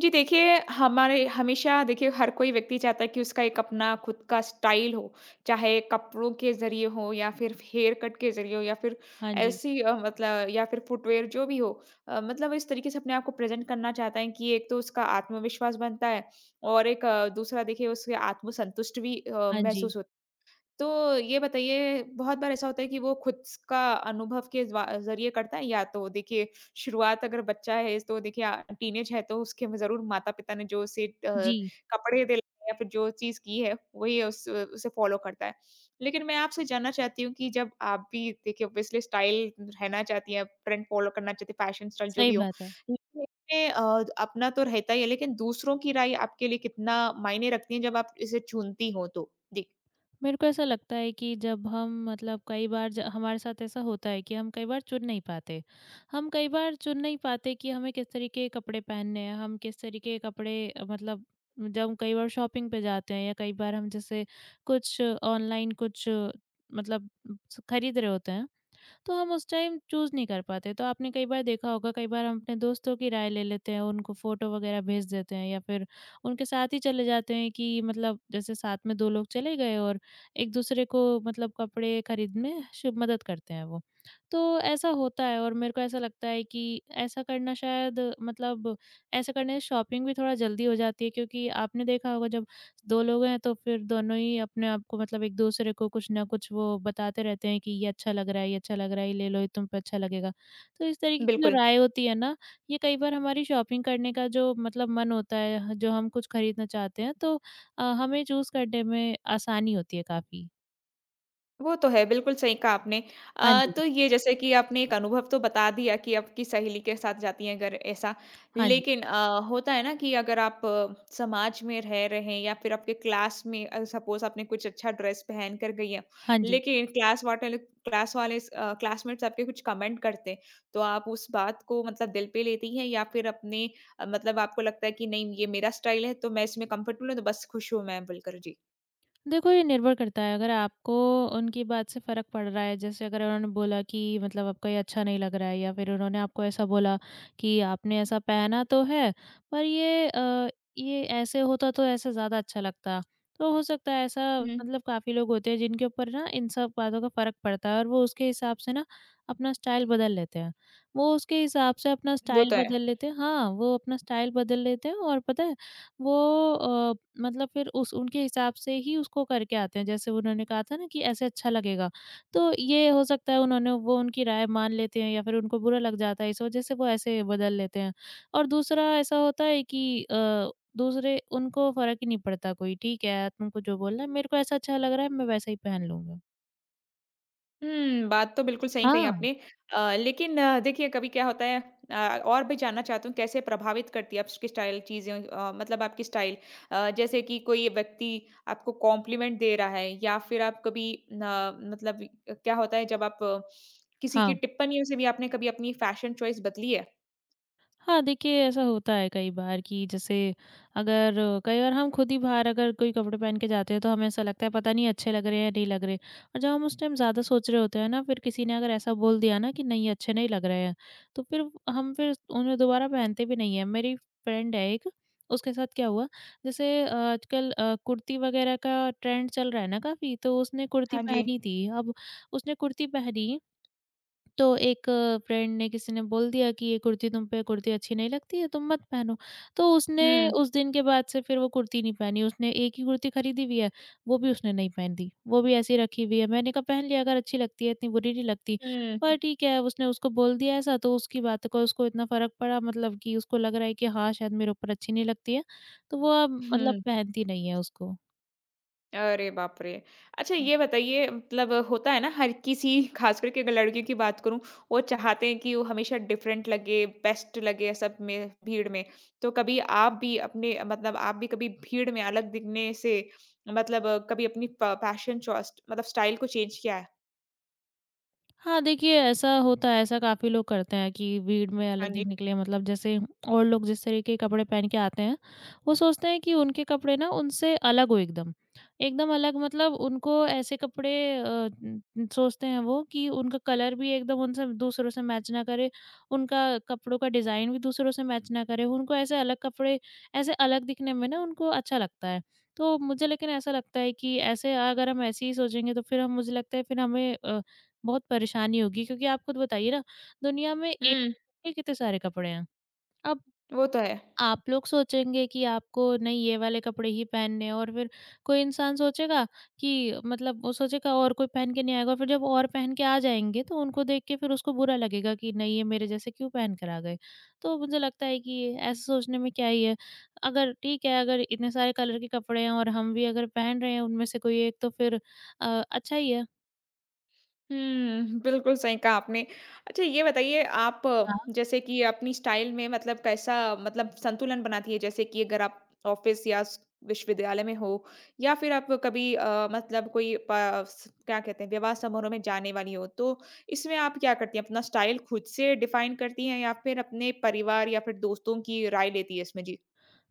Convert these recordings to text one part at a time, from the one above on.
जी देखिए, हमारे हमेशा देखिए हर कोई व्यक्ति चाहता है कि उसका एक अपना खुद का स्टाइल हो, चाहे कपड़ों के ज़रिए हो या फिर हेयर कट के ज़रिए हो या फिर हाँ जी। ऐसी मतलब या फिर फुटवियर जो भी हो। मतलब इस तरीके से अपने आप को प्रेज़ेंट करना चाहता है कि एक तो उसका आत्मविश्वास बनता है और एक दूसरा देखिए उससे आत्मसंतुष्ट भी हाँ जी। महसूस होता है। तो ये बताइए बहुत बार ऐसा होता है कि वो खुद स का अनुभव के ज़्वा ज़रिए करता है या तो देखिए शुरुआत अगर बच्चा है तो देखिए टीनेज है तो उसके में ज़रूर माता-पिता ने जो उसे जी, कपड़े दिलाए या फिर जो चीज़ की है वही उस उसे फ़ॉलो करता है। लेकिन मैं आपसे जानना चाहती हूँ कि जब आप भी देखिए ऑब्वियसली स्टाइल रहना चाहती हैं, ट्रेंड फ़ॉलो करना चाहती हैं, फैशन स्टाइल जो सही भी हो। बात है। लेकिन इसमें अपना तो रहता ही है लेकिन दूसरों की राय आपके लिए कितना मायने रखती है जब आप इसे चुनती हो तो? जी, मेरे को ऐसा लगता है कि जब हम, मतलब कई बार ज हमारे साथ ऐसा होता है कि हम कई बार चुन नहीं पाते। हम कई बार चुन नहीं पाते कि हमें किस तरीके के कपड़े पहनने हैं, हम किस तरीके के कपड़े, मतलब जब हम कई बार शॉपिंग पे जाते हैं, या कई बार हम जैसे कुछ ऑनलाइन कुछ, मतलब स खरीद रहे होते हैं, तो हम उस टाइम चूज़ नहीं कर पाते। तो आपने कई बार देखा होगा, कई बार हम अपने दोस्तों की राय ले लेते हैं, उनको फ़ोटो वग़ैरह भेज देते हैं या फिर उनके साथ ही चले जाते हैं कि, मतलब जैसे साथ में 2 लोग चले गए और एक-दूसरे को, मतलब कपड़े खरीद में श मदद करते हैं वो। तो ऐसा होता है और मेरे को ऐसा लगता है कि ऐसा करना शायद, मतलब ऐसा करने से शॉपिंग भी थोड़ा जल्दी हो जाती है, क्योंकि आपने देखा होगा जब 2 लोग हैं तो फिर दोनों ही अपने आप को, मतलब एक-दूसरे को कुछ ना कुछ वो बताते रहते हैं कि ये अच्छा लग रहा है, ये अच्छा लग रहा है, ये ले लो, ये तुम पे अच्छा लगेगा। तो इस तरीके की जो बिल्कुल। राय होती है ना, ये कई बार हमारी शॉपिंग करने का जो, मतलब मन होता है, ह जो हम कुछ खरीदना चाहते हैं, तो हमें चूज़ करने में आसानी होती है काफ़ी। वो तो है, बिल्कुल सही कहा आपने। हाँ जी। तो ये जैसे कि आपने एक अनुभव तो बता दिया कि आपकी सहेली के साथ जाती हैं अगर ऐसा। हाँ जी। लेकिन होता है ना कि अगर आप समाज में रह रहे हैं या फिर आपके क्लास में सपोज़ आपने कुछ अच्छा ड्रेस पहन कर गई हैं, हाँ जी। लेकिन क्लास वाले क्लासमेट्स आपके कुछ कमेंट करते हैं, तो आप उस बात को मतलब दिल पे लेती हैं या फिर अपने मतलब आपको लगता है कि नहीं ये मेरा स्टाइल है तो मैं इसमें कम्फर्टेबल हूँ तो बस खुश हूँ मैं बोलकर? जी। देखो, ये निर्भर करता है। अगर आपको उनकी बात से फ़र्क पड़ रहा है, जैसे अगर उन्होंने बोला कि, मतलब आपको ये अच्छा नहीं लग रहा है, या फिर उन्होंने आपको ऐसा बोला कि आपने ऐसा पहना तो है, पर ये ऐसे होता तो ऐसे ज़्यादा अच्छा लगता। तो हो सकता है ऐसा, हुँ। मतलब काफ़ी लोग होते हैं जिनके ऊपर ना इन सब बातों का फ़र्क पड़ता है, और वो उसके हिसाब से ना अपना स्टाइल बदल लेते हैं। वो उसके हिसाब से अपना वो स्टाइल तो है। बदल लेते हैं, हाँ, वो अपना स्टाइल बदल लेते हैं। और पता है वो, अ, मतलब फिर उस उनके हिसाब से ही उसको करके आते हैं। जैसे उन्होंने कहा था ना कि ऐसे अच्छा लगेगा, तो ये हो सकता है उन्होंने वो उनकी राय मान लेते हैं, या फिर उनको बुरा लग जाता है, इस वजह से वो ऐसे बदल लेते हैं। और दूसरा ऐसा होता है कि, दूसरे उनको फ़र्क ही नहीं पड़ता कोई, ठीक है, तुमको जो बोलना है, मेरे को ऐसा अच्छा लग रहा है, मैं वैसा ही पहन लूँगा। हुँ, बात तो बिल्कुल सही कही हाँ। आपने। लेकिन देखिए कभी क्या होता है और भी जानना चाहती हूँ कैसे प्रभावित करती है आपकी स्टाइल चीज़ें मतलब आपकी स्टाइल जैसे कि कोई व्यक्ति आपको कॉम्प्लीमेंट दे रहा है या फिर आप कभी न मतलब क्या होता है जब आप किसी की हाँ। टिप्पणियों से भी आपने कभी अपनी फैशन चॉइस बदली है? हाँ, देखिए ऐसा होता है कई बार कि जैसे, अगर कई बार हम खुद ही बाहर अगर कोई कपड़े पहन के जाते हैं, तो हमें ऐसा लगता है पता नहीं अच्छे लग रहे हैं या नहीं लग रहे, और जब हम उस टाइम ज़्यादा सोच रहे होते हैं ना, फिर किसी ने अगर ऐसा बोल दिया ना कि नहीं अच्छे नहीं लग रहे हैं, तो फिर हम फिर उन्हें दोबारा पहनते भी नहीं है। मेरी फ्रेंड है एक, उसके साथ क्या हुआ, जैसे आजकल कुर्ती वगैरह का ट्रेंड चल रहा है ना काफ़ी, तो उसने कुर्ती हाँ जी। पहनी थी। अब उसने कुर्ती पहनी, तो एक फ्रेंड ने, किसी ने बोल दिया कि ये कुर्ती तुम पे, कुर्ती अच्छी नहीं लगती है, तुम मत पहनो। तो उसने हुँ, उस दिन के बाद से फिर वो कुर्ती नहीं पहनी, उसने एक ही कुर्ती खरीदी हुई है, वो भी उसने नहीं पहन दी, वो भी ऐसी रखी हुई है। मैंने कहा पहन लिया, अगर अच्छी लगती है, इतनी बुरी नहीं लगती। हुँ, पर ठीक है, उसने उसको बोल दिया ऐसा तो उसकी बात को, उसको इतना फ़र्क पड़ा, मतलब कि उसको लग रहा है कि हाँ, शायद मेरे ऊपर अच्छी नहीं लगती है, तो वो अब, मतलब हुँ। पहनती नहीं है उसको। अरे बाप रे! अच्छा ये बताइए मतलब होता है ना हर किसी ख़ास करके अगर लड़कियों की बात करूँ, वो चाहते हैं कि वो हमेशा डिफरेंट लगे, बेस्ट लगे सब में भीड़ में। तो कभी आप भी अपने मतलब आप भी कभी भीड़ में अलग दिखने से मतलब कभी अपनी फ फैशन चॉइस मतलब स्टाइल को चेंज किया है? हाँ, देखिए ऐसा होता है, ऐसा काफ़ी लोग करते हैं कि भीड़ में हाँ अलग जी। दिखने के लिए, मतलब जैसे और लोग जिस तरीके के कपड़े पहन के आते हैं, वो सोचते हैं कि उनके कपड़े ना उनसे अलग हो एकदम। एकदम अलग, मतलब उनको ऐसे कपड़े, सोचते हैं वो कि उनका कलर भी एकदम उनसे, दूसरों से मैच ना करे, उनका कपड़ों का डिज़ाइन भी दूसरों से मैच ना करे। उनको ऐसे अलग कपड़े, ऐसे अलग दिखने में ना उनको अच्छा लगता है। तो मुझे लेकिन ऐसा लगता है कि ऐसे, अगर हम ऐसे ही सोचेंगे, तो फिर हम, मुझे लगता है फिर हमें बहुत परेशानी होगी, क्योंकि आप खुद बताइए ना दुनिया में एक हुँ, के कितने सारे कपड़े हैं। अब वो तो है। आप लोग सोचेंगे कि आपको नहीं ये वाले कपड़े ही पहनने हैं, और फिर कोई इंसान सोचेगा कि, मतलब वो सोचेगा और कोई पहन के नहीं आएगा, और फिर जब और पहन के आ जाएंगे तो उनको देख के फिर उसको बुरा लगेगा कि नहीं, ये मेरे जैसे क्यों पहन कर आ गए। तो मुझे लगता है कि ऐसे सोचने में क्या ही है, अगर ठीक है, अगर इतने सारे कलर के कपड़े हैं और हम भी अगर पहन रहे हैं उनमें से कोई एक, तो फिर अच्छा ही है। हुँ, बिल्कुल सही कहा आपने। अच्छा ये बताइए आप जैसे कि अपनी स्टाइल में मतलब कैसा मतलब संतुलन बनाती है? जैसे कि अगर आप ऑफ़िस या स विश्वविद्यालय में हो या फिर आप कभी मतलब कोई प स क्या कहते हैं विवाह समारोह में जाने वाली हो, तो इसमें आप क्या करती हैं? अपना स्टाइल खुद से डिफ़ाइन करती हैं या फिर अपने परिवार या फिर दोस्तों की राय लेती है इसमें? जी।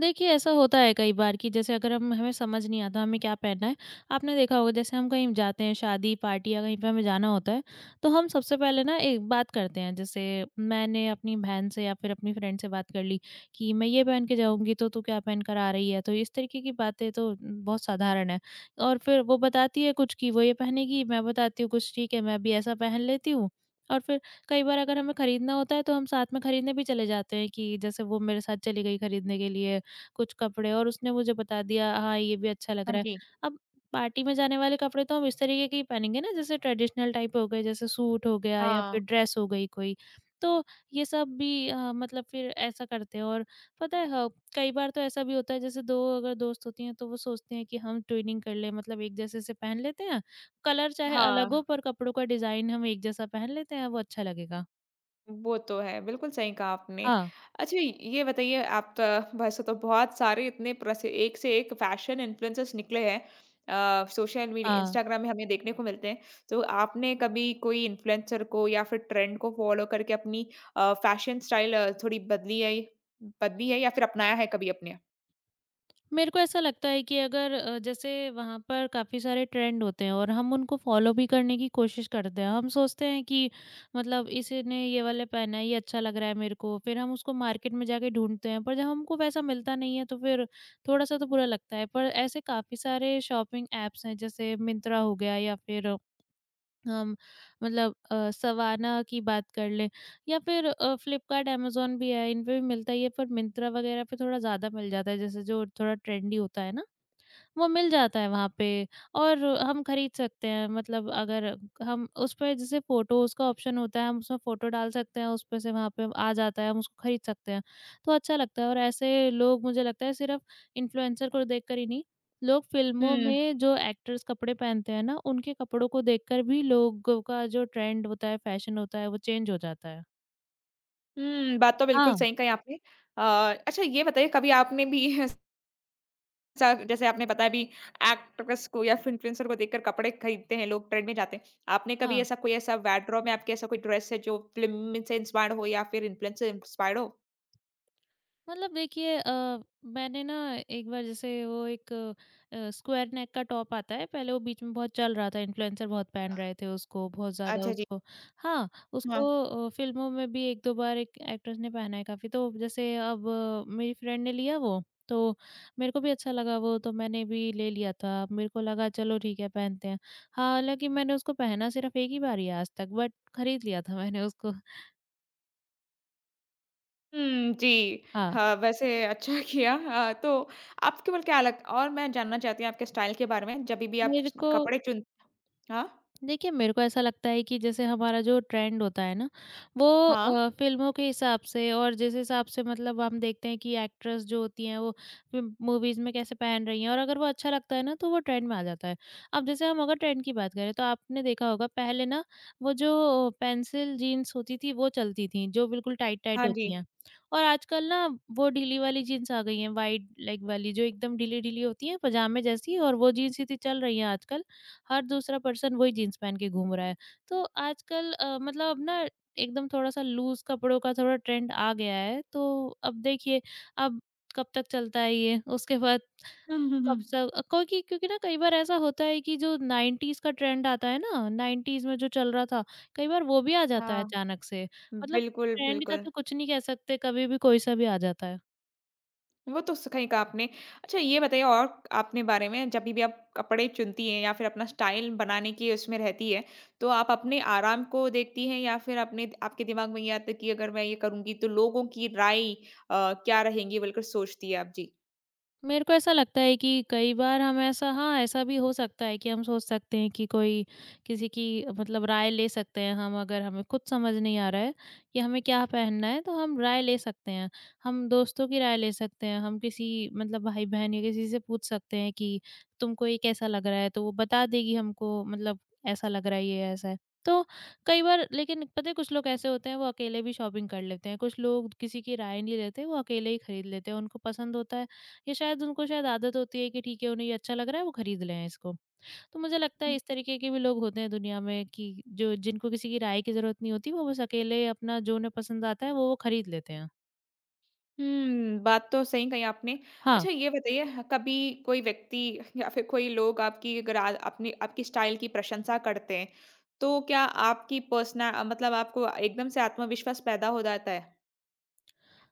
देखिए, ऐसा होता है कई बार कि जैसे अगर हम हमें समझ नहीं आता हमें क्या पहनना है। आपने देखा होगा, जैसे हम कहीं जाते हैं शादी, पार्टी, या कहीं पे हमें जाना होता है, तो हम सबसे पहले ना एक बात करते हैं। जैसे मैंने अपनी बहन से या फिर अपनी फ्रेंड से बात कर ली कि मैं ये पहन के जाऊँगी, तो तू क्या पहन कर आ रही है? तो इस तरीके की बातें तो बहुत साधारण है। और फिर वो बताती है कुछ कि वो ये पहनेगी, मैं बताती हूँ कुछ, ठीक है मैं भी ऐसा पहन लेती हूँ। और फिर कई बार अगर हमें खरीदना होता है, तो हम साथ में खरीदने भी चले जाते हैं कि जैसे वो मेरे साथ चली गई खरीदने के लिए कुछ कपड़े, और उसने मुझे बता दिया, हाँ, ये भी अच्छा लग हाँ रहा है। जी। अब पार्टी में जाने वाले कपड़े तो हम इस तरीके के ही पहनेंगे ना, जैसे ट्रेडिशनल टाइप हो गए, जैसे सूट हो गया या हाँ। फिर ड्रेस हो गई कोई। तो ये सब भी, मतलब फिर ऐसा करते हैं। और पता है, ह कई बार तो ऐसा भी होता है जैसे 2 अगर दोस्त होती हैं, तो वो सोचते हैं कि हम ट्विनिंग कर लें, मतलब एक जैसे से पहन लेते हैं। कलर चाहे अलग हाँ। हो, पर कपड़ों का डिज़ाइन हम एक जैसा पहन लेते हैं, वो अच्छा लगेगा। वो तो है, बिल्कुल सही कहा आपने। हाँ, अच्छा ये बताइए आप त वैसे तो बहुत सारे इतने प्रसि एक से एक फैशन इन्फ्लुएंसर्स निकले हैं। सोशल मीडिया हाँ। इंस्टाग्राम में हमें देखने को मिलते हैं। तो आपने कभी कोई इन्फ्लुएंसर को या फिर ट्रेंड को फ़ॉलो करके अपनी फैशन स्टाइल थोड़ी बदली है या फिर अपनाया है कभी अपने? मेरे को ऐसा लगता है कि अगर, जैसे वहाँ पर काफ़ी सारे ट्रेंड होते हैं, और हम उनको फॉलो भी करने की कोशिश करते हैं। हम सोचते हैं कि, मतलब इसने ये वाला पहना है, ये अच्छा लग रहा है मेरे को। फिर हम उसको मार्केट में जाके ढूँढते हैं, पर जब हमको वैसा मिलता नहीं है, तो फिर थोड़ा-सा तो बुरा लगता है। पर ऐसे काफ़ी सारे शॉपिंग ऐप्स हैं, जैसे मिंत्रा हो गया, या फिर हम, मतलब सवाना की बात कर लें, या फिर फ्लिपकार्ट, अमेज़न भी है, इन पे भी मिलता ही है, पर मिंत्रा वगैरह पे थोड़ा ज़्यादा मिल जाता है, जैसे जो थोड़ा ट्रेंडी होता है ना, वो मिल जाता है वहाँ पे। और हम खरीद सकते हैं, मतलब अगर हम उस पे जैसे, फ़ोटोज़ का ऑप्शन होता है, हम उसमें फ़ोटो डाल सकते हैं, उसपे से वहाँ पे आ जाता है, हम उसको खरीद सकते हैं। तो अच्छा लगता है। और ऐसे लोग, मुझे लगता है सिर्फ़ इन्फ्लुएंसर को देखकर ही नहीं, लोग फ़िल्मों हुँ। में जो एक्टर्स कपड़े पहनते हैं ना, उनके कपड़ों को देखकर भी लोगों का जो ट्रेंड होता है, फ़ैशन होता है, वो चेंज हो जाता है। हुँ, बात तो बिल्कुल हाँ, सही कही आपने। अ, अच्छा ये बताइए कभी आपने भी सा जैसे आपने बताया अभी एक्ट्रेस को या इन्फ्लुएंसर को देखकर कपड़े खरीदते हैं लोग, ट्रेंड में जाते हैं। आपने कभी हाँ। ऐसा कोई ऐसा वार्डरोब में आपके ऐसा कोई ड्रेस है जो फ़िल्म से इंस्पायर्ड हो या फिर इन्फ्लुएंस से इंस्पायर्ड हो? मतलब देखिए, मैंने ना एक बार, जैसे वो एक स्क्वायर नेक का टॉप आता है, पहले वो बीच में बहुत चल रहा था, इन्फ्लुएंसर बहुत पहन रहे थे उसको, बहुत ज़्यादा अच्छा जी, उसको, हाँ हाँ। उसको, फिल्मों में भी एक दो बार एक एक्ट्रेस ने पहना है काफ़ी, तो जैसे अब मेरी फ्रेंड ने लिया वो, तो मेरे को भी अच्छा लगा वो, तो मैंने भी ले लिया था, मेरे को लगा चलो ठीक है पहनते हैं। हालांकि मैंने उसको पहना सिर्फ एक ही बार ही है आज तक, बट खरीद लिया था मैंने उसको। हुँ, जी। हाँ। हाँ, वैसे अच्छा किया। तो आपके ऊपर क्या लग और मैं जानना चाहती हूँ आपके स्टाइल के बारे में, जभी भी आप मेरे को कपड़े चुन हाँ? देखिए, मेरे को ऐसा लगता है कि जैसे हमारा जो ट्रेंड होता है ना, वो हाँ। फ़िल्मों के हिसाब से, और जिस हिसाब से, मतलब हम देखते हैं कि एक्ट्रेस जो होती हैं, वो फ़िल्म मूवीज़ में कैसे पहन रही हैं, और अगर वो अच्छा लगता है ना, तो वो ट्रेंड में आ जाता है। अब जैसे हम अगर ट्रेंड की बात करें, तो आपने देखा होगा पहले ना, वो जो पेंसिल जीन्स होती थी, वो चलती थीं, जो बिल्कुल टाइट-टाइट हाँ जी। होती हैं। और आजकल ना, वो ढीली वाली जीन्स आ गई हैं, वाइड लेग वाली, जो एकदम ढीली-ढीली होती हैं, पजामे जैसी। और वो जीन्स ही तो चल रही हैं आजकल। हर दूसरा पर्सन वही जीन्स पहन के घूम रहा है। तो आजकल मतलब अब ना एकदम थोड़ा-सा लूज़ कपड़ों का थोड़ा ट्रेंड आ गया है। तो अब देखिए। अब कब तक चलता है ये, उसके बाद हुँ, हुँ, कब से हुँ। क्योंकि क्योंकि ना कई बार ऐसा होता है कि जो 90s का ट्रेंड आता है ना, 90s में जो चल रहा था, कई बार वो भी आ जाता है हाँ। अचानक से। मतलब बिल्कुल, ट्रेंड का बिल्कुल। तो कुछ नहीं कह सकते, कभी भी कोई-सा भी आ जाता है। वो तो सही कहा आपने। अच्छा ये बताइए और आपने बारे में जब भी आप कपड़े चुनती हैं या फिर अपना स्टाइल बनाने की उसमें रहती है, तो आप अपने आराम को देखती हैं या फिर अपने आपके दिमाग में ये आता है कि अगर मैं ये करूँगी तो लोगों की राय क्या रहेंगी बोलकर सोचती है आप? जी। मेरे को ऐसा लगता है कि कई बार हम ऐसा हाँ, ऐसा भी हो सकता है कि हम सोच सकते हैं कि कोई किसी की मतलब राय ले सकते हैं हम, अगर हमें खुद समझ नहीं आ रहा है कि हमें क्या पहनना है, तो हम राय ले सकते हैं। हम दोस्तों की राय ले सकते हैं, हम किसी मतलब भाई-बहन या किसी से पूछ सकते हैं कि तुमको ये कैसा लग रहा है? तो वो बता देगी हमको मतलब ऐसा लग रहा है, ये ऐसा है। तो कई बार, लेकिन पता है, कुछ लोग ऐसे होते हैं, वो अकेले भी शॉपिंग कर लेते हैं। कुछ लोग किसी की राय नहीं लेते, वो अकेले ही खरीद लेते हैं। उनको पसंद होता है, ये शायद उनको शायद आदत होती है कि ठीक है, उन्हें ये अच्छा लग रहा है, वो खरीद लें इसको। तो मुझे लगता है, इस तरीके के भी लोग होते हैं दुनिया में कि जो जिनको किसी की राय की ज़रूरत नहीं होती, वो बस अकेले अपना जो उन्हें पसंद आता है वो खरीद लेते हैं। हुँ, बात तो सही कही आपने। हाँ, अच्छा ये बताइए ह कभी कोई व्यक्ति या फिर कोई लोग आपकी अगर आ अपनी आपकी स्टाइल की प्रशंसा करते हैं, तो क्या आपकी पर्सना मतलब आपको एकदम से आत्मविश्वास पैदा हो जाता है?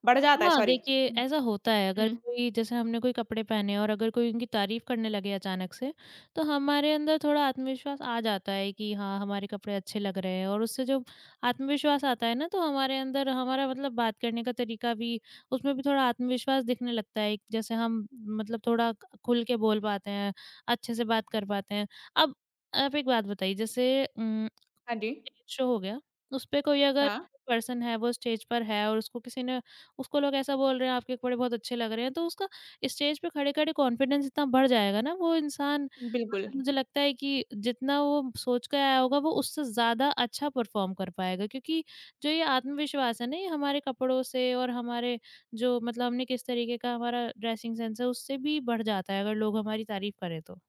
बढ़ जाता है, हाँ, सॉरी। देखिए, हुँ। ऐसा होता है, अगर हुँ। कोई, जैसे हमने कोई कपड़े पहने और अगर कोई उनकी तारीफ़ करने लगे अचानक से, तो हमारे अंदर थोड़ा आत्मविश्वास आ जाता है कि हाँ, हमारे कपड़े अच्छे लग रहे हैं और उससे जो आत्मविश्वास आता है ना, तो हमारे अंदर हमारा, मतलब बात करने का तरीका भी, उसमें भी थोड़ा आत्मविश्वास दिखने लगता है। जैसे हम, मतलब थोड़ा खुल के बोल पाते हैं, अच्छे से बात कर पाते हैं। अब आप एक बात बताइए, जैसे हाँ जी। स्टेज शो हो गया, उसपे कोई अगर हाँ, पर्सन है, वो स्टेज पर है और उसको किसी ने उसको लोग ऐसा बोल रहे हैं, आपके कपड़े बहुत अच्छे लग रहे हैं, तो उसका स्टेज पे खड़े-खड़े कॉन्फिडेंस इतना बढ़ जाएगा ना, वो इंसान बिल्कुल। मतलब, मुझे लगता है कि जितना वो सोच के आया होगा, वो उससे ज़्यादा अच्छा परफ़ॉर्म कर पाएगा, क्योंकि जो ये आत्मविश्वास है ना, ये हमारे कपड़ों से और हमारे जो मतलब हमने किस तरीके का हमारा ड्रेसिंग सेंस है, उससे भी बढ़ जाता है, अगर लोग हमारी तारीफ़ करें तो।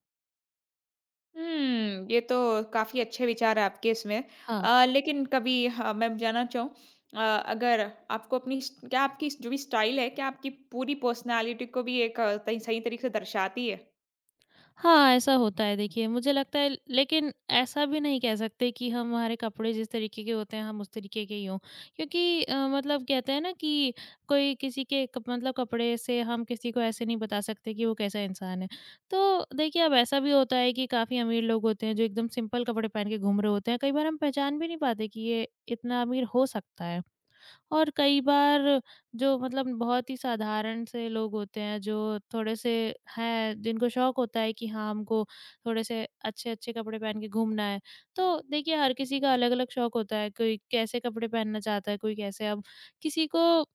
हुँ, ये तो काफ़ी अच्छे विचार हैं आपके इसमें। हाँ। लेकिन कभी मैं जानना चाहूँ अ, अगर आपको अपनी स्ट क्या आपकी जो भी स्टाइल है, क्या आपकी पूरी पर्सनैलिटी को भी एक सही सही तरीके से दर्शाती है? हाँ, ऐसा होता है देखिए, मुझे लगता है, लेकिन ऐसा भी नहीं कह सकते कि हमारे कपड़े जिस तरीके के होते हैं, हम उस तरीके के ही हों। क्योंकि मतलब कहते हैं ना कि कोई किसी के क मतलब कपड़े से हम किसी को ऐसे नहीं बता सकते कि वो कैसा इंसान है। तो देखिए, अब ऐसा भी होता है कि काफ़ी अमीर लोग होते हैं, जो एकदम सिंपल कपड़े पहन के घूम रहे होते हैं। कई बार हम पहचान भी नहीं पाते कि ये इतना अमीर हो सकता है। और कई बार जो मतलब बहुत ही साधारण से लोग होते हैं, जो थोड़े से हैं, जिनको शौक होता है कि हाँ, हमको थोड़े से अच्छे-अच्छे कपड़े पहन के घूमना है। तो देखिए, हर किसी का अलग-अलग शौक होता है, कोई कैसे कपड़े पहनना चाहता है, कोई कैसे, अब किसी को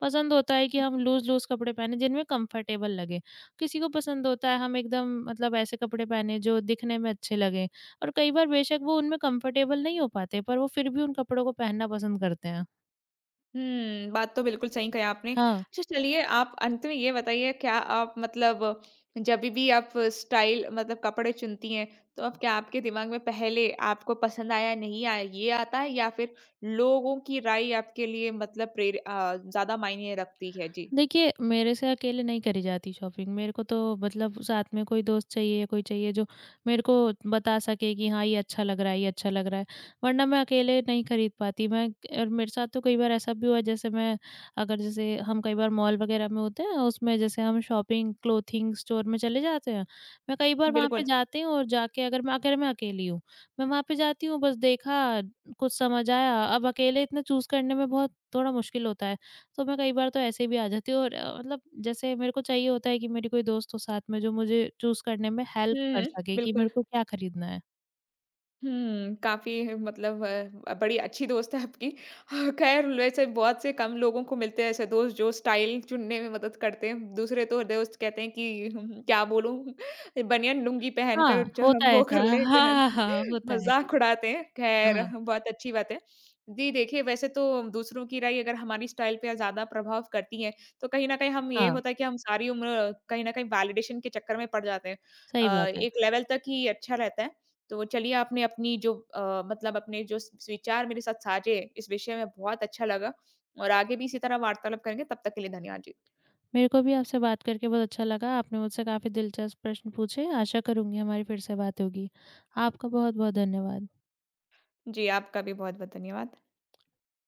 पसंद होता है कि हम लूज़-लूज़ कपड़े पहने, जिनमें कंफर्टेबल लगे। किसी को पसंद होता है, हम एकदम मतलब ऐसे कपड़े पहने जो दिखने में अच्छे लगें और कई बार बेशक वो उनमें कंफर्टेबल नहीं हो पाते, पर वो फिर भी उन कपड़ों को पहनना पसंद करते हैं। हुँ, बात तो बिल्कुल सही कही आपने। हाँ। अच्छा चलिए आप अंत में ये बताइए क्या आप मतलब जभी भी आप स्टाइल मतलब कपड़े चुनती हैं, तो अब क्या आपके दिमाग में पहले आपको पसंद आया नहीं आया ये आता है या फिर लोगों की राय आपके लिए मतलब ज़्यादा मायने रखती है? जी, देखिए, मेरे से अकेले नहीं करी जाती शॉपिंग। मेरे को तो मतलब साथ में कोई दोस्त चाहिए, कोई चाहिए जो मेरे को बता सके कि हाँ, ये अच्छा लग रहा है, ये अच्छा लग रहा है। वरना मैं अकेले नहीं खरीद पाती। मैं और मेरे साथ तो कई बार ऐसा भी हुआ है, जैसे मैं अगर जैसे हम कई बार मॉल वगैरह में होते हैं, उसमें जैसे हम शॉपिंग क्लोथिंग स्टोर में चले जाते हैं। मैं कई बार वहाँ पे बिल्कुल। जाती हूँ और जाके, अगर मैं अकेली हूँ, मैं वहाँ पे जाती हूँ, बस देखा, कुछ समझ आया। अब अकेले इतना चूज़ करने में बहुत थोड़ा मुश्किल होता है। तो मैं कई बार तो ऐसे भी आ जाती हूँ और मतलब जैसे मेरे को चाहिए होता है कि मेरी कोई दोस्त हो साथ में, जो मुझे चूज़ करने में हुँ, हेल्प कर हुँ, सके कि बिल्कुल। मेरे को क्या खरीदना है। हुँ, काफ़ी मतलब बड़ी अच्छी दोस्त है आपकी। ख़ैर वैसे बहुत से कम लोगों को मिलते हैं ऐसे दोस्त जो स्टाइल चुनने में मदद करते हैं। दूसरे तो दोस्त कहते हैं कि हुँ, क्या बोलूँ बनियान लुंगी पहनकर हाँ, जहाँ होता है वो कर ऐसा। हाँ, लेते हैं, हाँ, हाँ, हाँ, होता है ऐसा। मज़ाक उड़ाते हैं। ख़ैर हाँ, बहुत अच्छी बात है। जी देखिए, वैसे तो दूसरों की राय अगर हमारी स्टाइल पे ज़्यादा प्रभाव करती है, तो कहीं न कहीं हम ये हाँ, होता है कि हम सारी उम्र कहीं न कहीं वैलिडेशन के चक्कर में पड़ जाते हैं। सही बात है। एक लेवल तक ही अच्छा रहता है। तो चलिए आपने अपनी जो मतलब अपने जो स विचार मेरे साथ साझे इस विषय में बहुत अच्छा लगा और आगे भी इसी तरह वार्तालाप करेंगे, तब तक के लिए धन्यवाद जी। मेरे को भी आपसे बात करके बहुत अच्छा लगा। आपने मुझसे काफ़ी दिलचस्प प्रश्न पूछे। आशा करूँगी हमारी फिर से बात होगी। आपका बहुत-बहुत धन्यवाद। जी, आपका भी बहुत-बहुत धन्यवाद।